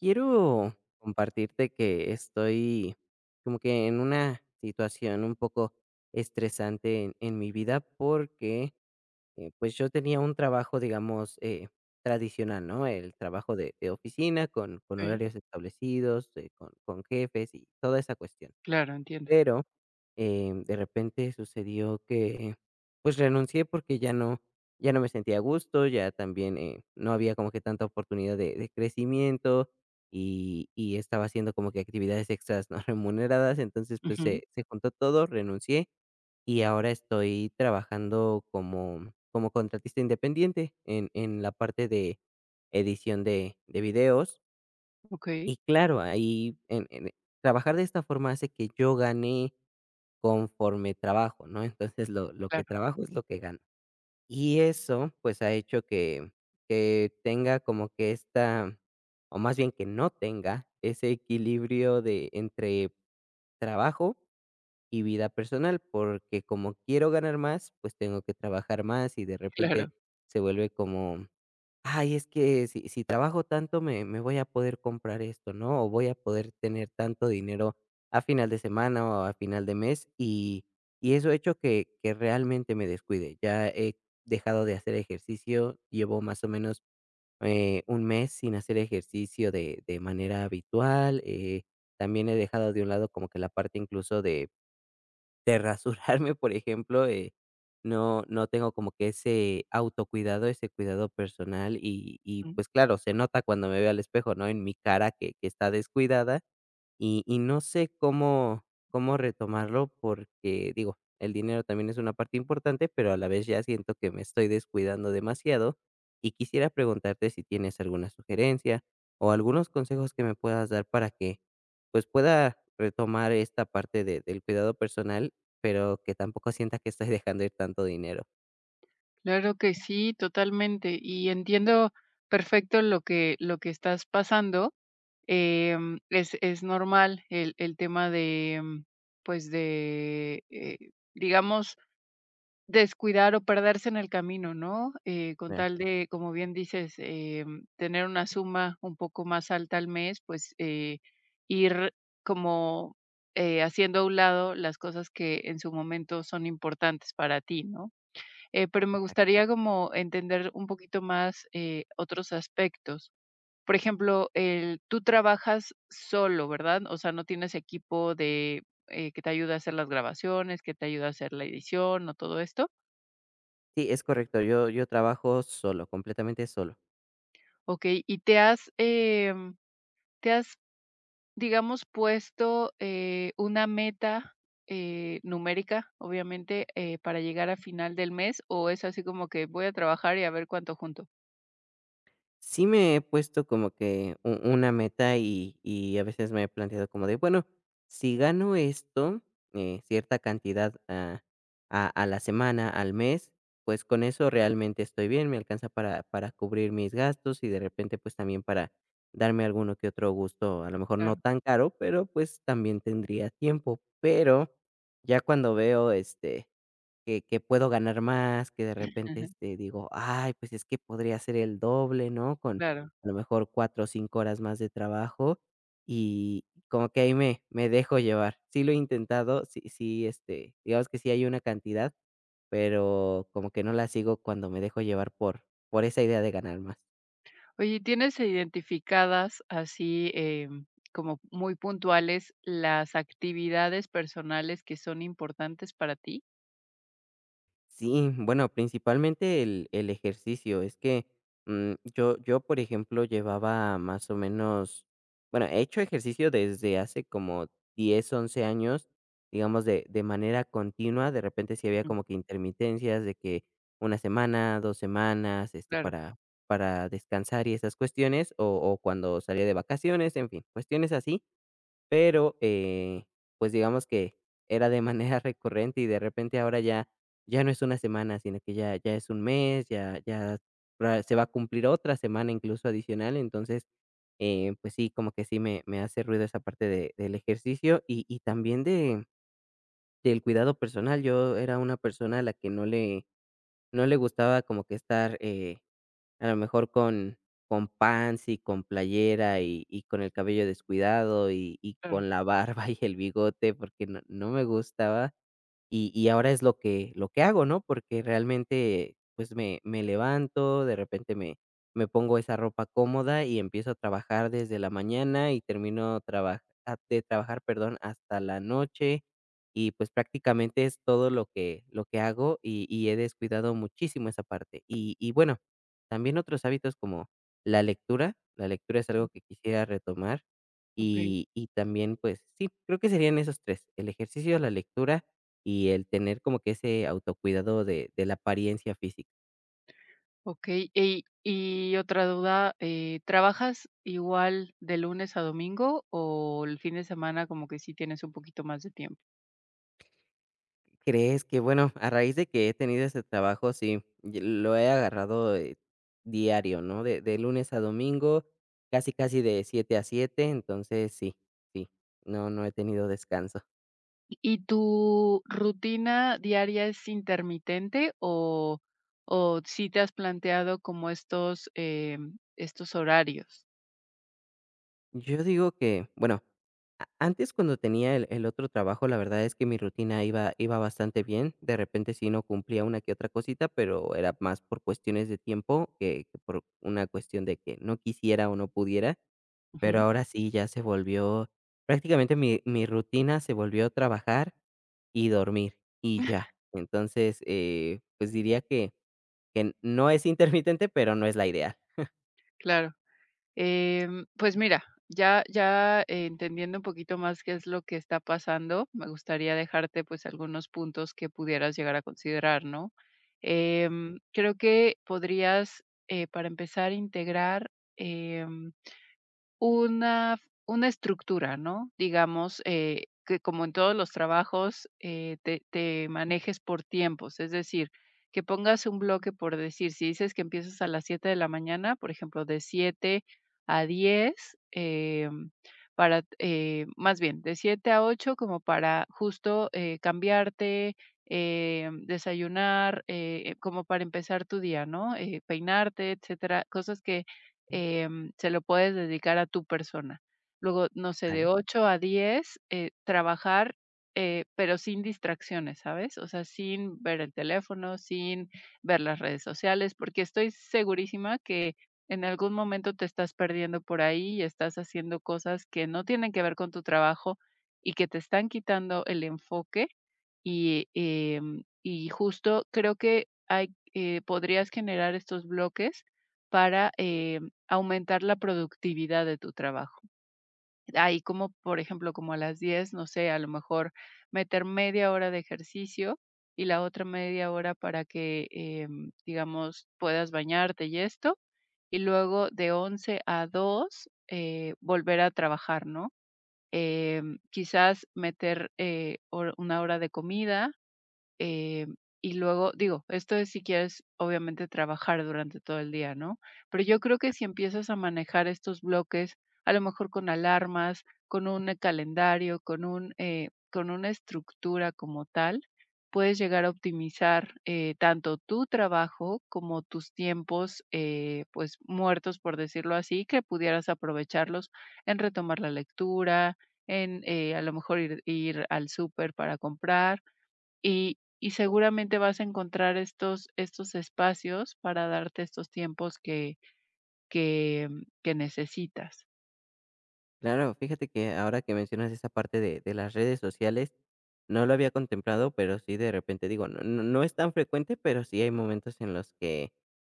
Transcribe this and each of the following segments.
Quiero compartirte que estoy como que en una situación un poco estresante en mi vida porque pues yo tenía un trabajo, digamos, tradicional, ¿no? El trabajo de oficina con Okey, horarios establecidos, con jefes y toda esa cuestión. claro, entiendo. Pero, de repente sucedió que, pues, renuncié porque ya no me sentía a gusto, ya también, no había como que tanta oportunidad de crecimiento y estaba haciendo como que actividades extras no remuneradas. Entonces, pues, Ujú, se juntó todo, renuncié y ahora estoy trabajando como contratista independiente en la parte de edición de videos. okey, Y claro, ahí en trabajar de esta forma hace que yo gane conforme trabajo, ¿no? Entonces, lo que claro, trabajo es lo que gano. Y eso, pues, ha hecho que tenga como que esta, o más bien, que no tenga ese equilibrio de entre trabajo y vida personal, porque como quiero ganar más, pues, tengo que trabajar más. Y de repente claro. se vuelve como: "Ay, es que si trabajo tanto me voy a poder comprar esto", ¿no? O voy a poder tener tanto dinero a final de semana o a final de mes, y eso ha hecho que realmente me descuide. Ya he dejado de hacer ejercicio, llevo más o menos, un mes sin hacer ejercicio de manera habitual. Eh, también he dejado de un lado como que la parte incluso de rasurarme, por ejemplo. Eh, no tengo como que ese autocuidado, ese cuidado personal y, Mm. pues, claro, se nota cuando me veo al espejo, ¿no? En mi cara, que está descuidada, y no sé cómo retomarlo porque, digo, el dinero también es una parte importante, pero a la vez ya siento que me estoy descuidando demasiado, y quisiera preguntarte si tienes alguna sugerencia, o algunos consejos que me puedas dar para que, pues, pueda retomar esta parte de del cuidado personal, pero que tampoco sienta que estoy dejando ir tanto dinero. Claro que sí, totalmente. Y entiendo perfecto lo que estás pasando. Es normal el tema de, pues, de, digamos, descuidar o perderse en el camino, ¿no? Con Eh. tal de, como bien dices, tener una suma un poco más alta al mes, pues ir como haciendo a un lado las cosas que en su momento son importantes para ti, ¿no? Pero me gustaría como entender un poquito más otros aspectos. Por ejemplo, tú trabajas solo, ¿verdad? O sea, no tienes equipo de que te ayuda a hacer las grabaciones, que te ayuda a hacer la edición o todo esto. Sí, es correcto, yo trabajo solo, completamente solo. Okey, ¿y te has, em, te has, digamos, puesto, una meta, numérica, obviamente, para llegar a final del mes, o es así como que voy a trabajar y a ver cuánto junto? Sí me he puesto como que u una meta y a veces me he planteado como de, bueno, si gano esto, cierta cantidad a la semana, al mes, pues con eso realmente estoy bien, me alcanza para cubrir mis gastos y de repente, pues también para darme alguno que otro gusto, a lo mejor no Claro, tan caro, pero pues también tendría tiempo. Pero ya cuando veo, este, que puedo ganar más, que de repente, este, digo: "Ay, pues es que podría ser el doble", ¿no? Con claro. a lo mejor 4 o 5 horas más de trabajo, y como que ahí me dejo llevar. Sí lo he intentado, sí, sí, este, digamos que sí hay una cantidad, pero como que no la sigo cuando me dejo llevar por esa idea de ganar más. Oye, ¿tienes identificadas así, como muy puntuales las actividades personales que son importantes para ti? Sí, bueno, principalmente el ejercicio. Es que yo, yo, por ejemplo, llevaba más o menos, bueno, he hecho ejercicio desde hace como 10 11 años, digamos, de manera continua. De repente sí había Ujú. como que intermitencias de que una semana, dos semanas, este, Claro, para descansar y esas cuestiones, o cuando salía de vacaciones, en fin, cuestiones así, pero, pues, digamos que era de manera recurrente, y de repente ahora ya ya no es una semana, sino que ya es un mes, ya pra se va a cumplir otra semana incluso adicional. Entonces, pues sí, como que sí me hace ruido esa parte de del ejercicio y también de del cuidado personal. Yo era una persona a la que no le gustaba como que estar, a lo mejor con pants y con playera y con el cabello descuidado y claro, con la barba y el bigote, porque no me gustaba, y ahora es lo que hago, ¿no? Porque realmente, pues, me levanto, de repente me pongo esa ropa cómoda y empiezo a trabajar desde la mañana y termino de trabajar, perdón, hasta la noche. Y, pues, prácticamente es todo lo que hago y he descuidado muchísimo esa parte. Y, bueno, también otros hábitos como la lectura. La lectura es algo que quisiera retomar, okey. y también, pues, sí, creo que serían esos tres: el ejercicio, la lectura y el tener como que ese autocuidado de la apariencia física. Okey, y otra duda, ¿trabajas igual de lunes a domingo o el fin de semana como que sí tienes un poquito más de tiempo? ¿Crees que, bueno, a raíz de que he tenido ese trabajo? Sí, y lo he agarrado, diario, ¿no? De lunes a domingo, casi, casi de 7 a siete. Entonces sí, sí, no, no he tenido descanso. ¿Y tu rutina diaria es intermitente o sí te has planteado como estos horarios? Yo digo que, bueno, antes cuando tenía el otro trabajo, la verdad es que mi rutina iba, iba bastante bien. De repente sí no cumplía una que otra cosita, pero era más por cuestiones de tiempo que por una cuestión de que no quisiera o no pudiera. Pero Ujú, ahora sí ya se volvió, prácticamente mi, mi rutina se volvió trabajar y dormir y ya. Entonces, pues diría que, no es intermitente, pero no es la ideal. claro. Pues mira, ya entendiendo un poquito más qué es lo que está pasando, me gustaría dejarte, pues, algunos puntos que pudieras llegar a considerar, ¿no? Creo que podrías, para empezar, integrar, em una una estructura, ¿no? Digamos, que como en todos los trabajos, te manejes por tiempos, es decir, que pongas un bloque, por decir, si dices que empiezas a las 7 de la mañana, por ejemplo, de 7 a 10, para, más bien, de 7 a 8 como para justo, cambiarte, desayunar, como para empezar tu día, ¿no? Peinarte, etcétera, cosas que Ok. Se lo puedes dedicar a tu persona. Luego, no sé, de ¿Vale? 8 a 10 trabajar, pero sin distracciones, ¿sabes? O sea, sin ver el teléfono, sin ver las redes sociales, porque estoy segurísima que en algún momento te estás perdiendo por ahí y estás haciendo cosas que no tienen que ver con tu trabajo y que te están quitando el enfoque. Y justo creo que podrías generar estos bloques para aumentar la productividad de tu trabajo. Ahí como, por ejemplo, como a las 10, no sé, a lo mejor meter media hora de ejercicio y la otra media hora para que, digamos, puedas bañarte y esto, y luego de 11 a 2 volver a trabajar, ¿no? Quizás meter, hor una hora de comida, eh, y luego, digo, esto es si quieres, obviamente, trabajar durante todo el día, ¿no? Pero yo creo que si empiezas a manejar estos bloques, a lo mejor con alarmas, con un calendario, con una estructura como tal, puedes llegar a optimizar tanto tu trabajo como tus tiempos, pues muertos, por decirlo así, que pudieras aprovecharlos en retomar la lectura, en a lo mejor ir al súper para comprar, y seguramente vas a encontrar estos espacios para darte estos tiempos que que necesitas. Claro, fíjate que ahora que mencionas esa parte de las redes sociales, no lo había contemplado, pero sí de repente digo, no, no, no es tan frecuente, pero sí hay momentos en los que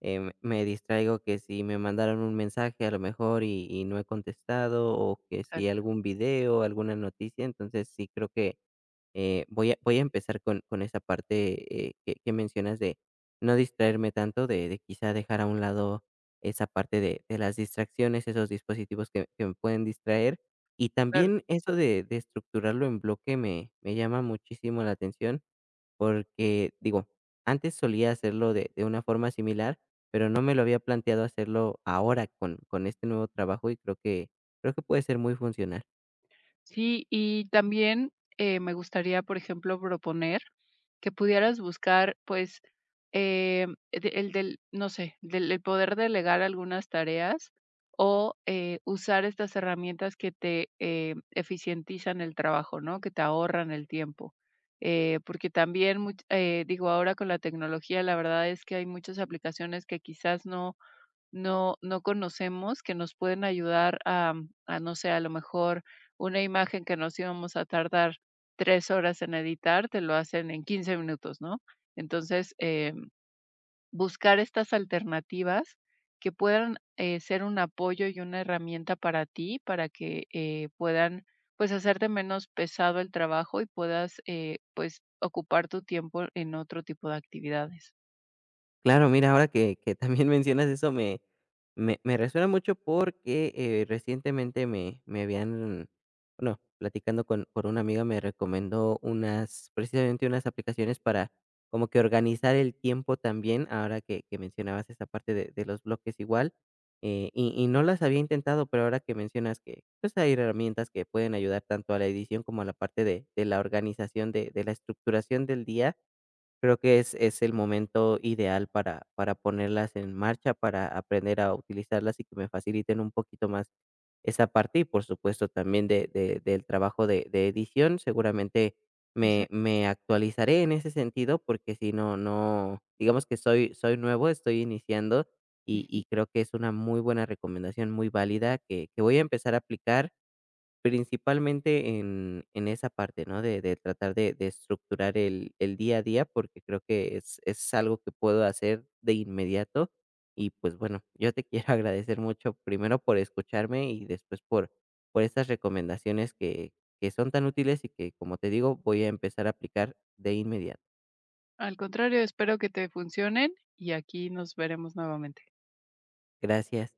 me distraigo, que si me mandaron un mensaje a lo mejor y no he contestado, o que si Exacto. algún video, alguna noticia. Entonces sí creo que voy, a, voy a empezar con esa parte, que mencionas, de no distraerme tanto, de quizá dejar a un lado esa parte de las distracciones, esos dispositivos que me pueden distraer. Y también eso de estructurarlo en bloque me llama muchísimo la atención, porque, digo, antes solía hacerlo de una forma similar, pero no me lo había planteado hacerlo ahora con este nuevo trabajo, y creo que puede ser muy funcional. Sí, y también, me gustaría, por ejemplo, proponer que pudieras buscar, pues, eh, no sé, del el poder delegar algunas tareas, o usar estas herramientas que te eficientizan el trabajo, ¿no? Que te ahorran el tiempo. Porque también much digo, ahora con la tecnología, la verdad es que hay muchas aplicaciones que quizás no conocemos, que nos pueden ayudar no sé, a lo mejor una imagen que nos íbamos a tardar 3 horas en editar, te lo hacen en 15 minutos, ¿no? Entonces, buscar estas alternativas que puedan ser un apoyo y una herramienta para ti, para que puedan, pues, hacerte menos pesado el trabajo y puedas, pues, ocupar tu tiempo en otro tipo de actividades. Claro, mira, ahora que también mencionas eso, me resuena mucho porque, recientemente me habían, bueno, platicando con, por una amiga me recomendó unas, precisamente unas aplicaciones para como que organizar el tiempo también, ahora que mencionabas esa parte de los bloques igual. Eh, y no las había intentado, pero ahora que mencionas que, pues, hay herramientas que pueden ayudar tanto a la edición como a la parte de la organización, de la estructuración del día. Creo que es el momento ideal para ponerlas en marcha, para aprender a utilizarlas y que me faciliten un poquito más esa parte, y por supuesto también de del trabajo de edición. Seguramente me Exacto. me actualizaré en ese sentido, porque si no, digamos que soy, soy nuevo, estoy iniciando, y creo que es una muy buena recomendación, muy válida, que voy a empezar a aplicar principalmente en esa parte, ¿no? De tratar de estructurar el día a día, porque creo que es algo que puedo hacer de inmediato. Y, pues, bueno, yo te quiero agradecer mucho, primero por escucharme y después por estas recomendaciones, que son tan útiles y que, como te digo, voy a empezar a aplicar de inmediato. Al contrario, espero que te funcionen y aquí nos veremos nuevamente. Gracias.